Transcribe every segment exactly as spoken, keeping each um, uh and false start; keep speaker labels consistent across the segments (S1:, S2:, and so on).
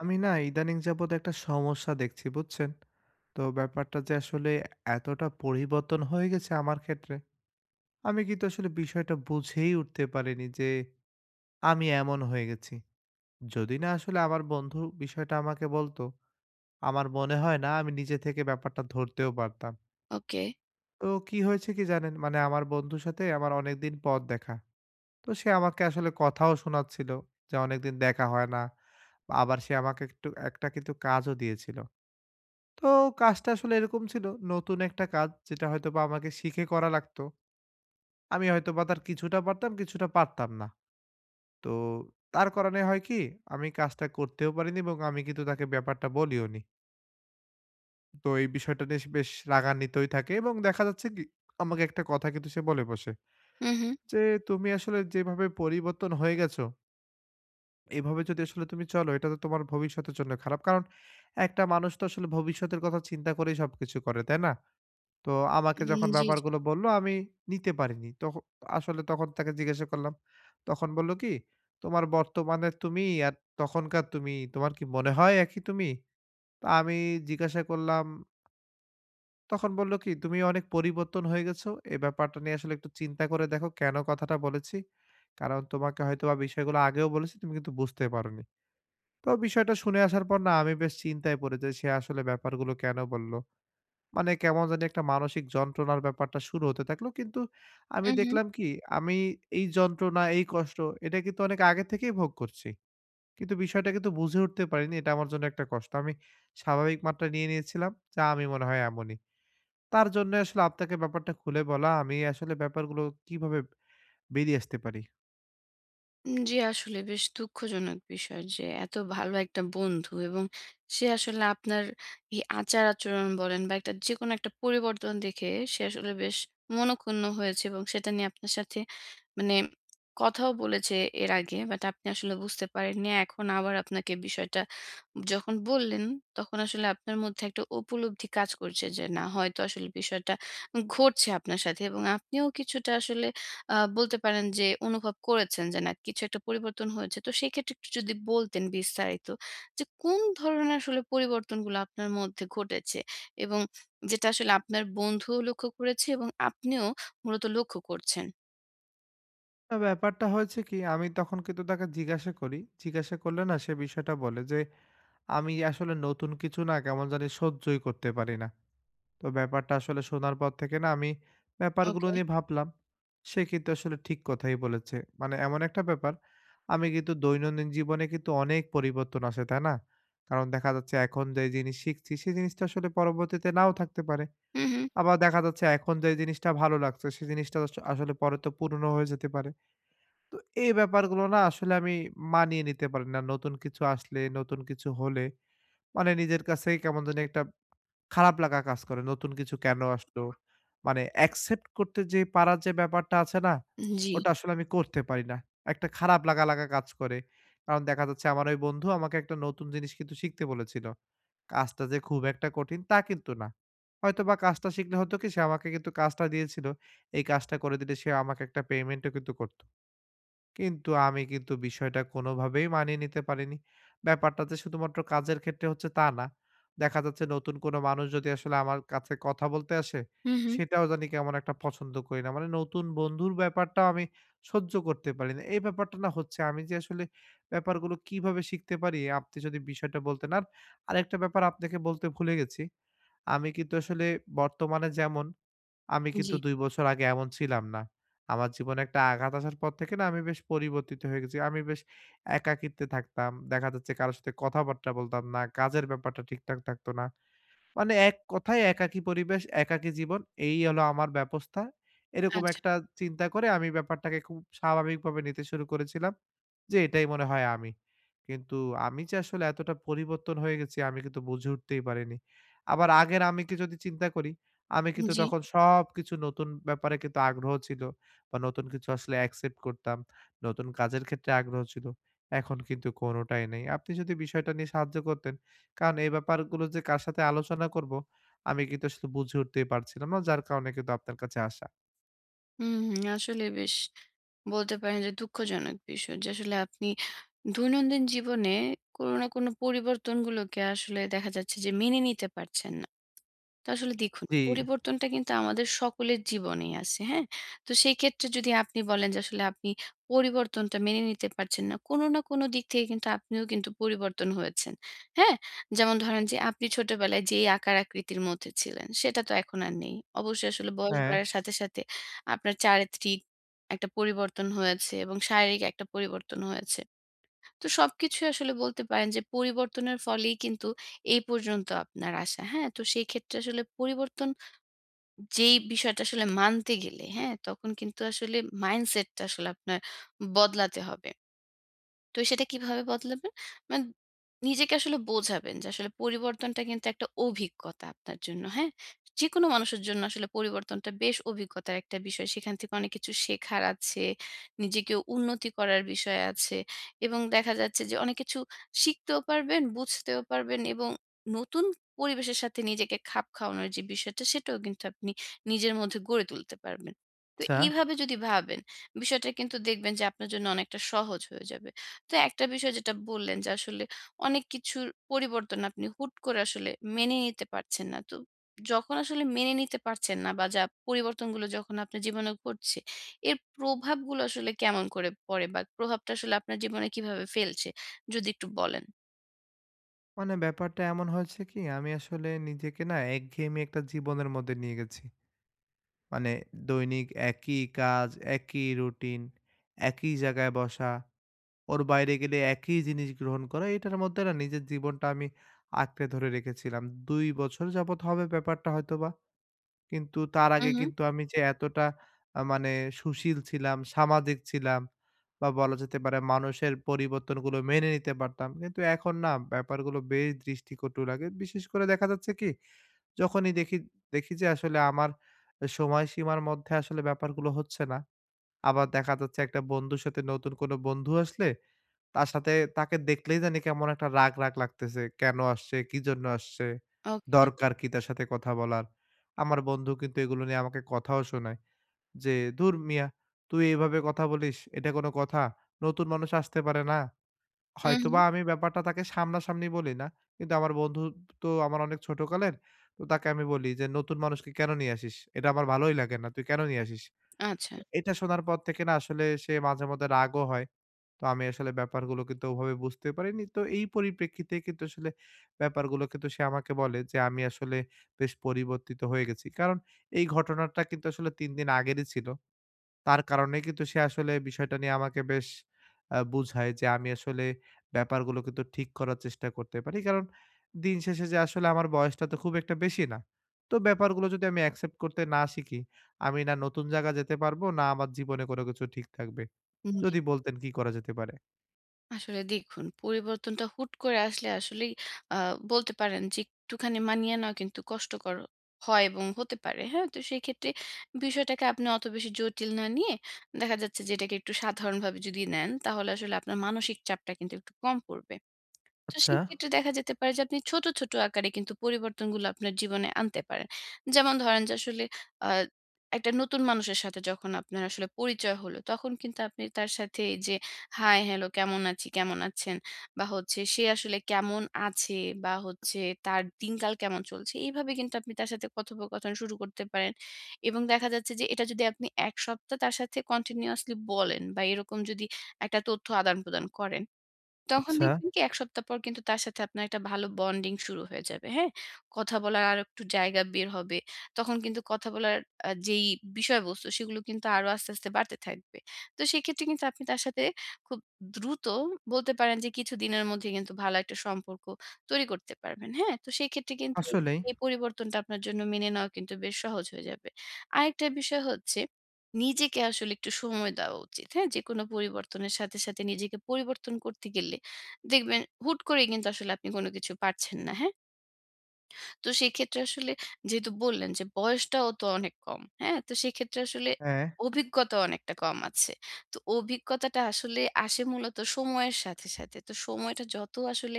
S1: আমি না ইদানিং যাবৎ একটা সমস্যা দেখছি বুঝছেন? তো ব্যাপারটা যে আসলে এতটা পরিবর্তন হয়ে গেছে আমার ক্ষেত্রে, আমি কিন্তু আসলে বিষয়টা বুঝেই উঠতে পারিনি যে আমি এমন হয়ে গেছি। যদি না আসলে আমার বন্ধু বিষয়টা আমাকে বলতো, আমার মনে হয় না আমি নিজে থেকে ব্যাপারটা ধরতেও পারতাম।
S2: ওকে।
S1: তো কি হয়েছে কি জানেন? মানে আমার বন্ধুর সাথে আমার অনেকদিন পর দেখা। তো সে আমাকে আসলে কথাও শোনাচ্ছিল যে অনেকদিন দেখা হয় না। আবার সে আমাকে একটু একটা কিন্তু কাজও দিয়েছিল। তো কাজটা আসলে এরকম ছিল, নতুন একটা কাজ যেটা হয়তোবা আমাকে শিখে করা লাগতো। আমি হয়তোবা তার কিছুটা পারতাম, কিছুটা পারতাম না। তো তার কারণে হয় কি, আমি কাজটা করতেও পারিনি এবং আমি কিন্তু তাকে ব্যাপারটা বলিওনি। তো এই বিষয়টা নিয়ে সে বেশ রাগান্বিতই থাকে এবং দেখা যাচ্ছে কি, আমাকে একটা কথা কিন্তু সে বলে বসে
S2: হু, হু।
S1: যে, "তুমি আসলে যেভাবে পরিবর্তন হয়ে গেছো, এভাবে যদি আসলে তুমি চলো, এটা তো তোমার ভবিষ্যতের জন্য খারাপ।" কারণ একটা মানুষ তো আসলে ভবিষ্যতের কথা চিন্তা করেই সবকিছু করে, তাই না? তো আমাকে
S2: উম
S1: যখন
S2: জি, জি।
S1: ব্যাপারগুলো বলল আমি নিতে পারিনি। তখ আসলে তখন তাকে জিজ্ঞাসা করলাম। তখন বলল কি, "তোমার বর্তমানে তুমি আর তখনকার তুমি, তোমার কি মনে হয় একই তুমি?" তো আমি জিজ্ঞাসা করলাম, তখন বলল কি, "তুমি অনেক পরিবর্তন হয়ে গেছো। এই ব্যাপারটা নিয়ে আসলে একটু চিন্তা করে দেখো কেন কথাটা বলেছি। কারণ তোমাকে হয়তোবা বিষয়গুলো আগেও বলেছি তুমি কিন্তু বুঝতে পারোনি।" তো বিষয়টা শুনে আসার পর না আমি বেশ চিন্তায় পড়ে যাই সে আসলে ব্যাপারগুলো কেন বলল। মানে কেমন জানি একটা মানসিক যন্ত্রণার ব্যাপারটা শুরু হতে থাকলো। কিন্তু আমি
S2: হু, হু।
S1: দেখলাম কি আমি এই যন্ত্রণা, এই কষ্ট এটা কিন্তু অনেক আগে থেকেই ভোগ করছি। কিন্তু বিষয়টা কিন্তু বুঝে উঠতে পারিনি এটা আমার জন্য একটা কষ্ট। আমি স্বাভাবিক মাত্রা নিয়ে নিয়েছিলাম যে আমি মনে হয় এমনই। তার জন্যে আসলে আপনাকে ব্যাপারটা খুলে বলা আমি আসলে ব্যাপারগুলো কিভাবে বেরিয়ে আসতে পারি।
S2: জি, আসলে বেশ দুঃখজনক বিষয় যে এত ভালো একটা বন্ধু এবং সে আসলে আপনার এই আচার-আচরণ বলেন বা একটা যেকোনো একটা পরিবর্তন দেখে সে আসলে বেশ মনোক্ষুণ্ণ হয়েছে এবং সেটা নিয়ে আপনার সাথে মানে কথাও বলেছে এর আগে। বাট আপনি আসলে বুঝতে পারেননি। এখন আবার আপনাকে বিষয়টা যখন বললেন তখন আসলে আপনার মধ্যে একটা উপলব্ধি কাজ করছে যে না হয়তো আসলে বিষয়টা ঘটছে আপনার সাথে এবং আপনিও কিছুটা আসলে আ বলতে পারেন যে অনুভব করেছেন যে না কিছু একটা পরিবর্তন হয়েছে। তো সেক্ষেত্রে একটু যদি বলতেন বিস্তারিত যে কোন ধরনের আসলে পরিবর্তনগুলো আপনার মধ্যে ঘটেছে এবং যেটা আসলে আপনার বন্ধুও লক্ষ্য করেছে এবং আপনিও মূলত লক্ষ্য করছেন?
S1: আ ব্যাপারটা হয়েছে কি আমি তখন কিন্তু তাকে জিজ্ঞাসা করি। জিজ্ঞাসা করলে না সে বিষয়টা বলে যে, "আমি আসলে নতুন কিছু না কেমন জানি সহ্যই করতে পারি না।" তো ব্যাপারটা আসলে শোনার পর থেকে না আমি ব্যাপারগুলো
S2: ওকে।
S1: নিয়ে ভাবলাম। সে কিন্তু আসলে ঠিক কথাই বলেছে। মানে এমন একটা ব্যাপার, আমি কিন্তু দৈনন্দিন জীবনে কিন্তু অনেক পরিবর্তন আসে, তাই না? কারণ দেখা যাচ্ছে এখন যে জিনিস শিখছি, সেই জিনিসটা আসলে পরবর্তীতে নাও থাকতে পারে।
S2: হুম, হুম।
S1: আবার দেখা যাচ্ছে এখন যে জিনিসটা ভালো লাগছে, সেই জিনিসটা আস আসলে পরে তো পুরনো হয়ে যেতে পারে। তো এই ব্যাপারগুলো না আসলে আমি মানিয়ে নিতে পারি না। নতুন কিছু আসলে, নতুন কিছু হলে মানে নিজের কাছেই কেমন জানি একটা খারাপ লাগা কাজ করে। নতুন কিছু কেন আসলো? মানে অ্যাকসেপ্ট করতে যে পারার যে ব্যাপারটা আছে না?
S2: জি।
S1: ওটা আসলে আমি করতে পারি না। একটা খারাপ লাগা, লাগা কাজ করে। কারণ দেখা যাচ্ছে আমার ওই বন্ধু আমাকে একটা নতুন জিনিস কিন্তু শিখতে বলেছিল। কাজটা যে খুব একটা কঠিন তা কিন্তু না। হয়তোবা কাজটা শিখলে হতো কি সে আমাকে কিন্তু কাজটা দিয়েছিল। এই কাজটা করে দিলে সে আমাকে একটা পেমেন্টও কিন্তু করত। কিন্তু আমি কিন্তু বিষয়টা কোনোভাবেই মানিয়ে নিতে পারিনি। ব্যাপারটা যে শুধুমাত্র কাজের ক্ষেত্রে হচ্ছে তা না। দেখা যাচ্ছে নতুন কোনো মানুষ যদি আসলে আমার কাছে কথা বলতে আসে,
S2: হুম, হুম।
S1: সেটাও জানি কেমন একটা পছন্দ করি না। মানে নতুন বন্ধুর ব্যাপারটাও আমি সহ্য করতে পারি না। এই ব্যাপারটা না হচ্ছে আমি যে আসলে ব্যাপারগুলো কিভাবে শিখতে পারি আপনি যদি বিষয়টা বলতেন। আর আরেকটা ব্যাপার আপনাকে বলতে ভুলে গেছি। আমি কিন্তু আসলে বর্তমানে যেমন আমি
S2: জি।
S1: কিন্তু দুই বছর আগে এমন ছিলাম না। আমার জীবনে একটা আঘাত আসার পর থেকে না আমি বেশ পরিবর্তিত হয়ে গেছি। আমি বেশ একাকিত্বে থাকতাম। দেখা যাচ্ছে কারো সাথে কথাবার্তা বলতাম না। কাজের ব্যাপারটা ঠিকঠাক থাকতো না। মানে এক কথায় একাকী পরিবেশ, একাকী জীবন এই হলো আমার ব্যবস্থা। এরকম
S2: আচ্ছা।
S1: একটা চিন্তা করে আমি ব্যাপারটাকে খুব স্বাভাবিকভাবে নিতে শুরু করেছিলাম যে, এটাই মনে হয় আমি। কিন্তু আমি যে আসলে এতটা পরিবর্তন হয়ে গেছি আমি কিন্তু বুঝে উঠতেই পারিনি। আবার আগের আমিকে যদি চিন্তা করি, আমি কিন্তু
S2: জি।
S1: তখন সবকিছু নতুন ব্যাপারে কিন্তু আগ্রহ ছিল বা নতুন কিছু আসলে অ্যাকসেপ্ট করতাম। নতুন কাজের ক্ষেত্রে আগ্রহ ছিল। এখন কিন্তু কোনোটাই নেই। আপনি যদি বিষয়টা নিয়ে সাহায্য করতেন কারণ এই ব্যাপারগুলো যে কার সাথে আলোচনা করব, আমি কিন্তু আসলে বুঝে উঠতেই পারছিলাম না। যার কারণে কিন্তু আপনার কাছে আসা।
S2: হুম, হুম। আসলে বেশ বলতে পারেন যে দুঃখজনক বিষয় যে আসলে আপনি দৈনন্দিন জীবনে কোনো না কোনো পরিবর্তনগুলোকে আসলে দেখা যাচ্ছে যে মেনে নিতে পারছেন না। তো আসলে দেখুন,
S1: জি।
S2: পরিবর্তনটা কিন্তু আমাদের সকলের জীবনেই আছে, হ্যাঁ? তো সেই ক্ষেত্রে যদি আপনি বলেন যে আসলে আপনি পরিবর্তনটা মেনে নিতে পারছেন না, কোনো না কোনো দিক থেকে কিন্তু আপনিও কিন্তু পরিবর্তন হয়েছেন, হ্যাঁ? যেমন ধরেন যে আপনি ছোটবেলায় যেই আকার আকৃতির মধ্যে ছিলেন, সেটা তো এখন আর নেই। অবশ্যই আসলে বয়স
S1: হ্যাঁ।
S2: বাড়ার সাথে, সাথে আপনার চারিত্রিক একটা পরিবর্তন হয়েছে এবং শারীরিক একটা পরিবর্তন হয়েছে। তো সবকিছুই আসলে বলতে পারেন যে পরিবর্তনের ফলেই কিন্তু এই পর্যন্ত আপনার আসা। হ্যাঁ? তো সেই ক্ষেত্রে আসলে পরিবর্তন যেই বিষয়টা আসলে মানতে গেলে, হ্যাঁ? তখন কিন্তু আসলে মাইন্ডসেটটা আসলে আপনার বদলাতে হবে। তো সেটা কিভাবে বদলাবেন? মানে নিজেকে আসলে বোঝাবেন যে আসলে পরিবর্তনটা কিন্তু একটা অভিজ্ঞতা আপনার জন্য, হ্যাঁ? যেকোনো মানুষের জন্য আসলে পরিবর্তনটা বেশ অভিজ্ঞতার একটা বিষয়। সেখান থেকে অনেক কিছু শেখার আছে, নিজেকে উন্নতি করার বিষয় আছে এবং দেখা যাচ্ছে যে অনেক কিছু শিখতেও পারবেন, বুঝতেও পারবেন এবং নতুন পরিবেশের সাথে নিজেকে খাপ খাওয়ানোর যে বিষয়টা সেটাও কিন্তু আপনি নিজের মধ্যে গড়ে তুলতে পারবেন। তো
S1: আচ্ছা।
S2: এইভাবে যদি ভাবেন, বিষয়টা কিন্তু দেখবেন যে আপনার জন্য অনেকটা সহজ হয়ে যাবে। তো একটা বিষয় যেটা বললেন যে আসলে অনেক কিছুর পরিবর্তন আপনি হুট করে আসলে মেনে নিতে পারছেন না। তো যখন আসলে মেনে নিতে পারছেন না বা যা পরিবর্তনগুলো যখন আপনার জীবনে ঘটছে, এর প্রভাবগুলো আসলে কেমন করে পড়ে বা প্রভাবটা আসলে আপনার জীবনে কিভাবে ফেলছে? যদি একটু বলেন।
S1: মানে ব্যাপারটা এমন হয়েছে কি, আমি আসলে নিজেকে না একঘেয়েমি একটা জীবনের মধ্যে নিয়ে গেছি। মানে দৈনিক একই কাজ, একই রুটিন, একই জায়গায় বসা, ওর বাইরে গেলে একই জিনিস গ্রহণ করা, এটার মধ্যে না নিজের জীবনটা আমি আঁকড়ে ধরে রেখেছিলাম। দুই বছর যাবৎ হবে ব্যাপারটা হয়তোবা। কিন্তু তার
S2: হু,
S1: আগে
S2: হু।
S1: কিন্তু আমি যে এতটা আ মানে সুশীল ছিলাম, সামাজিক ছিলাম বা বলা যেতে পারে মানুষের পরিবর্তনগুলো মেনে নিতে পারতাম। কিন্তু এখন না ব্যাপারগুলো বেশ দৃষ্টিকটু লাগে। বিশেষ করে দেখা যাচ্ছে কি যখনই দেখি দেখি যে আসলে আমার সময়সীমার মধ্যে আসলে ব্যাপারগুলো হচ্ছে না। আবার দেখা যাচ্ছে একটা বন্ধুর সাথে নতুন কোনো বন্ধু আসলে তার সাথে তাকে দেখলেই জানি কেমন একটা রাগ, রাগ লাগতেছে। কেন আসছে? কিজন্য আসছে?
S2: ওকে।
S1: দরকার কি তার সাথে কথা বলার? আমার বন্ধু কিন্তু এগুলো নিয়ে আমাকে কথাও শোনায় যে, "ধুর মিয়া তুই এভাবে কথা বলিস, এটা কোনো কথা? নতুন মানুষ আসতে পারে না।"
S2: হু, হু।
S1: হয়তোবা আমি ব্যাপারটা তাকে সামনাসামনি বলি না। কিন্তু আমার বন্ধু তো আমার অনেক ছোটকালের। তো তাকে আমি বলি যে, "নতুন মানুষকে কেন নিয়ে আসিস? এটা আমার ভালোই লাগে না। তুই কেন নিয়ে আসিস?"
S2: আচ্ছা।
S1: তো এটা শোনার পর থেকে না আসলে সে মাঝে মধ্যে রাগও হয়। তো আমি আসলে ব্যাপারগুলো কিন্তু ওভাবে বুঝতে পারিনি। তো এই পরিপ্রেক্ষিতে কিন্তু আসলে ব্যাপারগুলো কিন্তু সে আমাকে বলে যে, "আমি আসলে বেশ পরিবর্তিত হয়ে গেছি।" কারণ এই ঘটনাটা কিন্তু আসলে তিন দিন আগেরই ছিল। তার কারণে কিন্তু সে আসলে বিষয়টা নিয়ে আমাকে বেশ আ বুঝায় যে, আমি আসলে ব্যাপারগুলো কিন্তু ঠিক করার চেষ্টা করতে পারি। কারণ দিন শেষে যে আসলে আমার বয়সটা তো খুব একটা বেশি না। তো ব্যাপারগুলো যদি আমি অ্যাকসেপ্ট করতে না শিখি, আমি না নতুন জায়গা যেতে পারবো, না আমার জীবনে কোনো কিছু ঠিক থাকবে।
S2: জি।
S1: যদি বলতেন কি করা যেতে পারে?
S2: আসলে দেখুন পরিবর্তনটা হুট করে আসলে আসলেই আহ, বলতে পারেন যে একটুখানি মানিয়ে নেওয়া কিন্তু কষ্টকর হয় এবং হতে পারে হ্যাঁ, তো সেই ক্ষেত্রে বিষয়টাকে আপনি অত বেশি জটিল না নিয়ে দেখা যাচ্ছে যে এটাকে একটু সাধারণভাবে যদি নেন তাহলে আসলে আপনার মানসিক চাপটা কিন্তু একটু কম পড়বে। তো
S1: আচ্ছা,
S2: সেক্ষেত্রে দেখা যেতে পারে যে আপনি ছোট, ছোট আকারে কিন্তু পরিবর্তনগুলো আপনার জীবনে আনতে পারেন। যেমন ধরেন যে আসলে আ একটা নতুন মানুষের সাথে যখন আপনার আসলে পরিচয় হলো, তখন কিন্তু আপনি তার সাথে এই যে হাই, হ্যালো কেমন আছি, কেমন আছেন? বা হচ্ছে সে আসলে কেমন আছে বা হচ্ছে তার দিনকাল কেমন চলছে? এইভাবে কিন্তু আপনি তার সাথে কথোপকথন শুরু করতে পারেন। এবং দেখা যাচ্ছে যে এটা যদি আপনি এক সপ্তাহ তার সাথে কন্টিনিউয়াসলি বলেন বা এরকম যদি একটা তথ্য আদান-প্রদান করেন তখন
S1: আচ্ছা।
S2: দেখবেন কি এক সপ্তাহ পর কিন্তু তার সাথে আপনার একটা ভালো বন্ডিং শুরু হয়ে যাবে, হ্যাঁ? কথা বলার আরো একটু জায়গা বের হবে। তখন কিন্তু কথা বলার আ যেই বিষয়বস্তু সেগুলো কিন্তু আরো আস্তে, আস্তে বাড়তে থাকবে। তো সেক্ষেত্রে কিন্তু আপনি তার সাথে খুব দ্রুত বলতে পারেন যে কিছুদিনের মধ্যে কিন্তু ভালো একটা সম্পর্ক তৈরি করতে পারবেন, হ্যাঁ? তো সেক্ষেত্রে কিন্তু এই যে
S1: আসলেই।
S2: এই পরিবর্তনটা আপনার জন্য মেনে নেওয়া কিন্তু বেশ সহজ হয়ে যাবে। আরেকটা বিষয় হচ্ছে নিজেকে আসলে একটু সময় দেওয়া উচিত, হ্যাঁ? যেকোনো পরিবর্তনের সাথে, সাথে নিজেকে পরিবর্তন করতে গেলে দেখবেন হুট করেই কিন্তু আসলে আপনি কোনো কিছু পারছেন না, হ্যাঁ? তো সেক্ষেত্রে আসলে যেহেতু বললেন যে বয়সটাও তো অনেক কম, হ্যাঁ? তো সেক্ষেত্রে আসলে
S1: হ্যাঁ,
S2: অভিজ্ঞতাও অনেকটা কম আছে। তো অভিজ্ঞতাটা আসলে আসে মূলত সময়ের সাথে, সাথে। তো সময়টা যত আসলে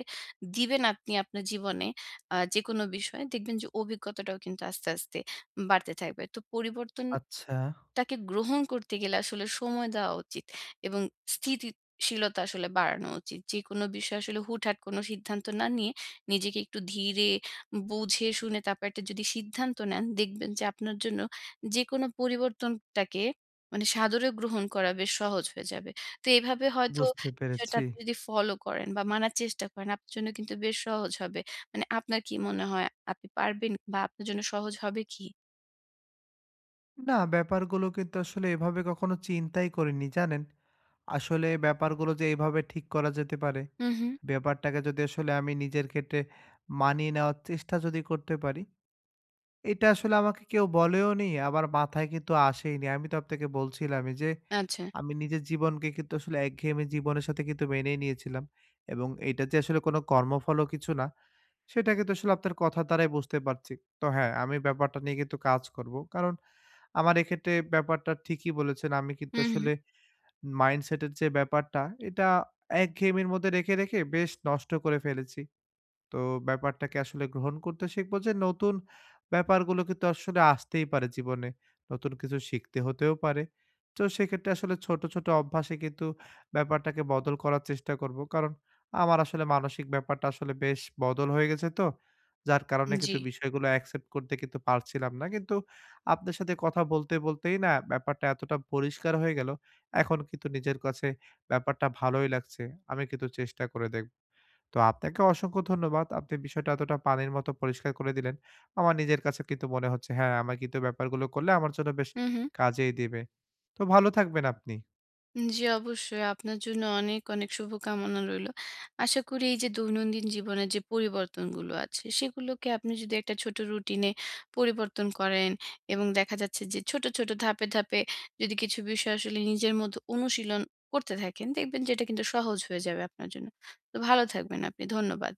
S2: দিবেন আপনি আপনার জীবনে আ যেকোনো বিষয়ে দেখবেন যে অভিজ্ঞতাটাও কিন্তু আস্তে, আস্তে বাড়তে থাকবে। তো পরিবর্তন
S1: আচ্ছা।
S2: তাকে গ্রহণ করতে গেলে আসলে সময় দেওয়া উচিত এবং স্থিতিশীলতা আসলে বাড়ানো উচিত। যেকোনো বিষয়ে আসলে হুটহাট কোনো সিদ্ধান্ত না নিয়ে নিজেকে একটু ধীরে বুঝে শুনে তারপর একটা যদি সিদ্ধান্ত নেন, দেখবেন যে আপনার জন্য যেকোনো পরিবর্তনটাকে মানে সাদরে গ্রহণ করা বেশ সহজ হয়ে যাবে। তো এভাবে হয়তো
S1: বুঝতে
S2: বিষয়টা
S1: পেরেছি।
S2: আপনি যদি ফলো করেন বা মানার চেষ্টা করেন, আপনার জন্য কিন্তু বেশ সহজ হবে। মানে আপনার কি মনে হয় আপনি পারবেন বা আপনার জন্য সহজ হবে কি?
S1: না, ব্যাপারগুলো কিন্তু আসলে এভাবে কখনো চিন্তাই করিনি, জানেন? আসলে ব্যাপারগুলো যে এভাবে ঠিক করা যেতে পারে,
S2: হু, হু।
S1: ব্যাপারটাকে যদি আসলে আমি নিজের ক্ষেত্রে মানিয়ে নেওয়ার চেষ্টা যদি করতে পারি, এটা আসলে আমাকে কেউ বলেওনি, আমার মাথায় কিন্তু আসেইনি। আমি তো আপনাকে বলছিলামই যে,
S2: আচ্ছা।
S1: আমি নিজের জীবনকে কিন্তু আসলে একঘেয়েমি জীবনের সাথে কিন্তু মেনেই নিয়েছিলাম। এবং এটা যে আসলে কোনো কর্মফলও কিছু না, সেটা কিন্তু আসলে আপনার কথার দ্বারাই বুঝতে পারছি। তো হ্যাঁ, আমি ব্যাপারটা নিয়ে কিন্তু কাজ করব। কারণ আমার এক্ষেত্রে ব্যাপারটা ঠিকই বলেছেন। আমি কিন্তু
S2: হু, হু।
S1: আসলে মাইন্ডসেটের যে ব্যাপারটা, এটা একঘেয়েমির মধ্যে রেখে, রেখে বেশ নষ্ট করে ফেলেছি। তো ব্যাপারটাকে আসলে গ্রহণ করতে শিখবো যে নতুন ব্যাপারগুলো কিন্তু আসলে আসতেই পারে জীবনে। নতুন কিছু শিখতে হতেও পারে। তো সেক্ষেত্রে আসলে ছোট, ছোট অভ্যাসে কিন্তু ব্যাপারটাকে বদল করার চেষ্টা করব। কারণ আমার আসলে মানসিক ব্যাপারটা আসলে বেশ বদল হয়ে গেছে তো। যার কারণে
S2: জি।
S1: কিন্তু বিষয়গুলো অ্যাকসেপ্ট করতে কিন্তু পারছিলাম না। কিন্তু আপনার সাথে কথা বলতে, বলতেই না ব্যাপারটা এতটা পরিষ্কার হয়ে গেল। এখন কিন্তু নিজের কাছে ব্যাপারটা ভালোই লাগছে। আমি কিন্তু চেষ্টা করে দেখব। তো আপনাকে অসংখ্য ধন্যবাদ। আপনি বিষয়টা এতটা পানির মতো পরিষ্কার করে দিলেন। আমার নিজের কাছে কিন্তু মনে হচ্ছে হ্যাঁ, আমার কিন্তু ব্যাপারগুলো করলে আমার জন্য বেশ
S2: হুম, হুম।
S1: কাজেই দিবে। তো ভালো থাকবেন আপনি।
S2: জি, অবশ্যই। আপনার জন্য অনেক, অনেক শুভকামনা রইলো। আশা করি এই যে দৈনন্দিন জীবনের যে পরিবর্তনগুলো আছে, সেগুলোকে আপনি যদি একটা ছোট রুটিনে পরিবর্তন করেন এবং দেখা যাচ্ছে যে ছোট, ছোট ধাপে, ধাপে যদি কিছু বিষয় আসলে নিজের মধ্যে অনুশীলন করতে থাকেন, দেখবেন যে এটা কিন্তু সহজ হয়ে যাবে আপনার জন্য। তো ভালো থাকবেন আপনি। ধন্যবাদ।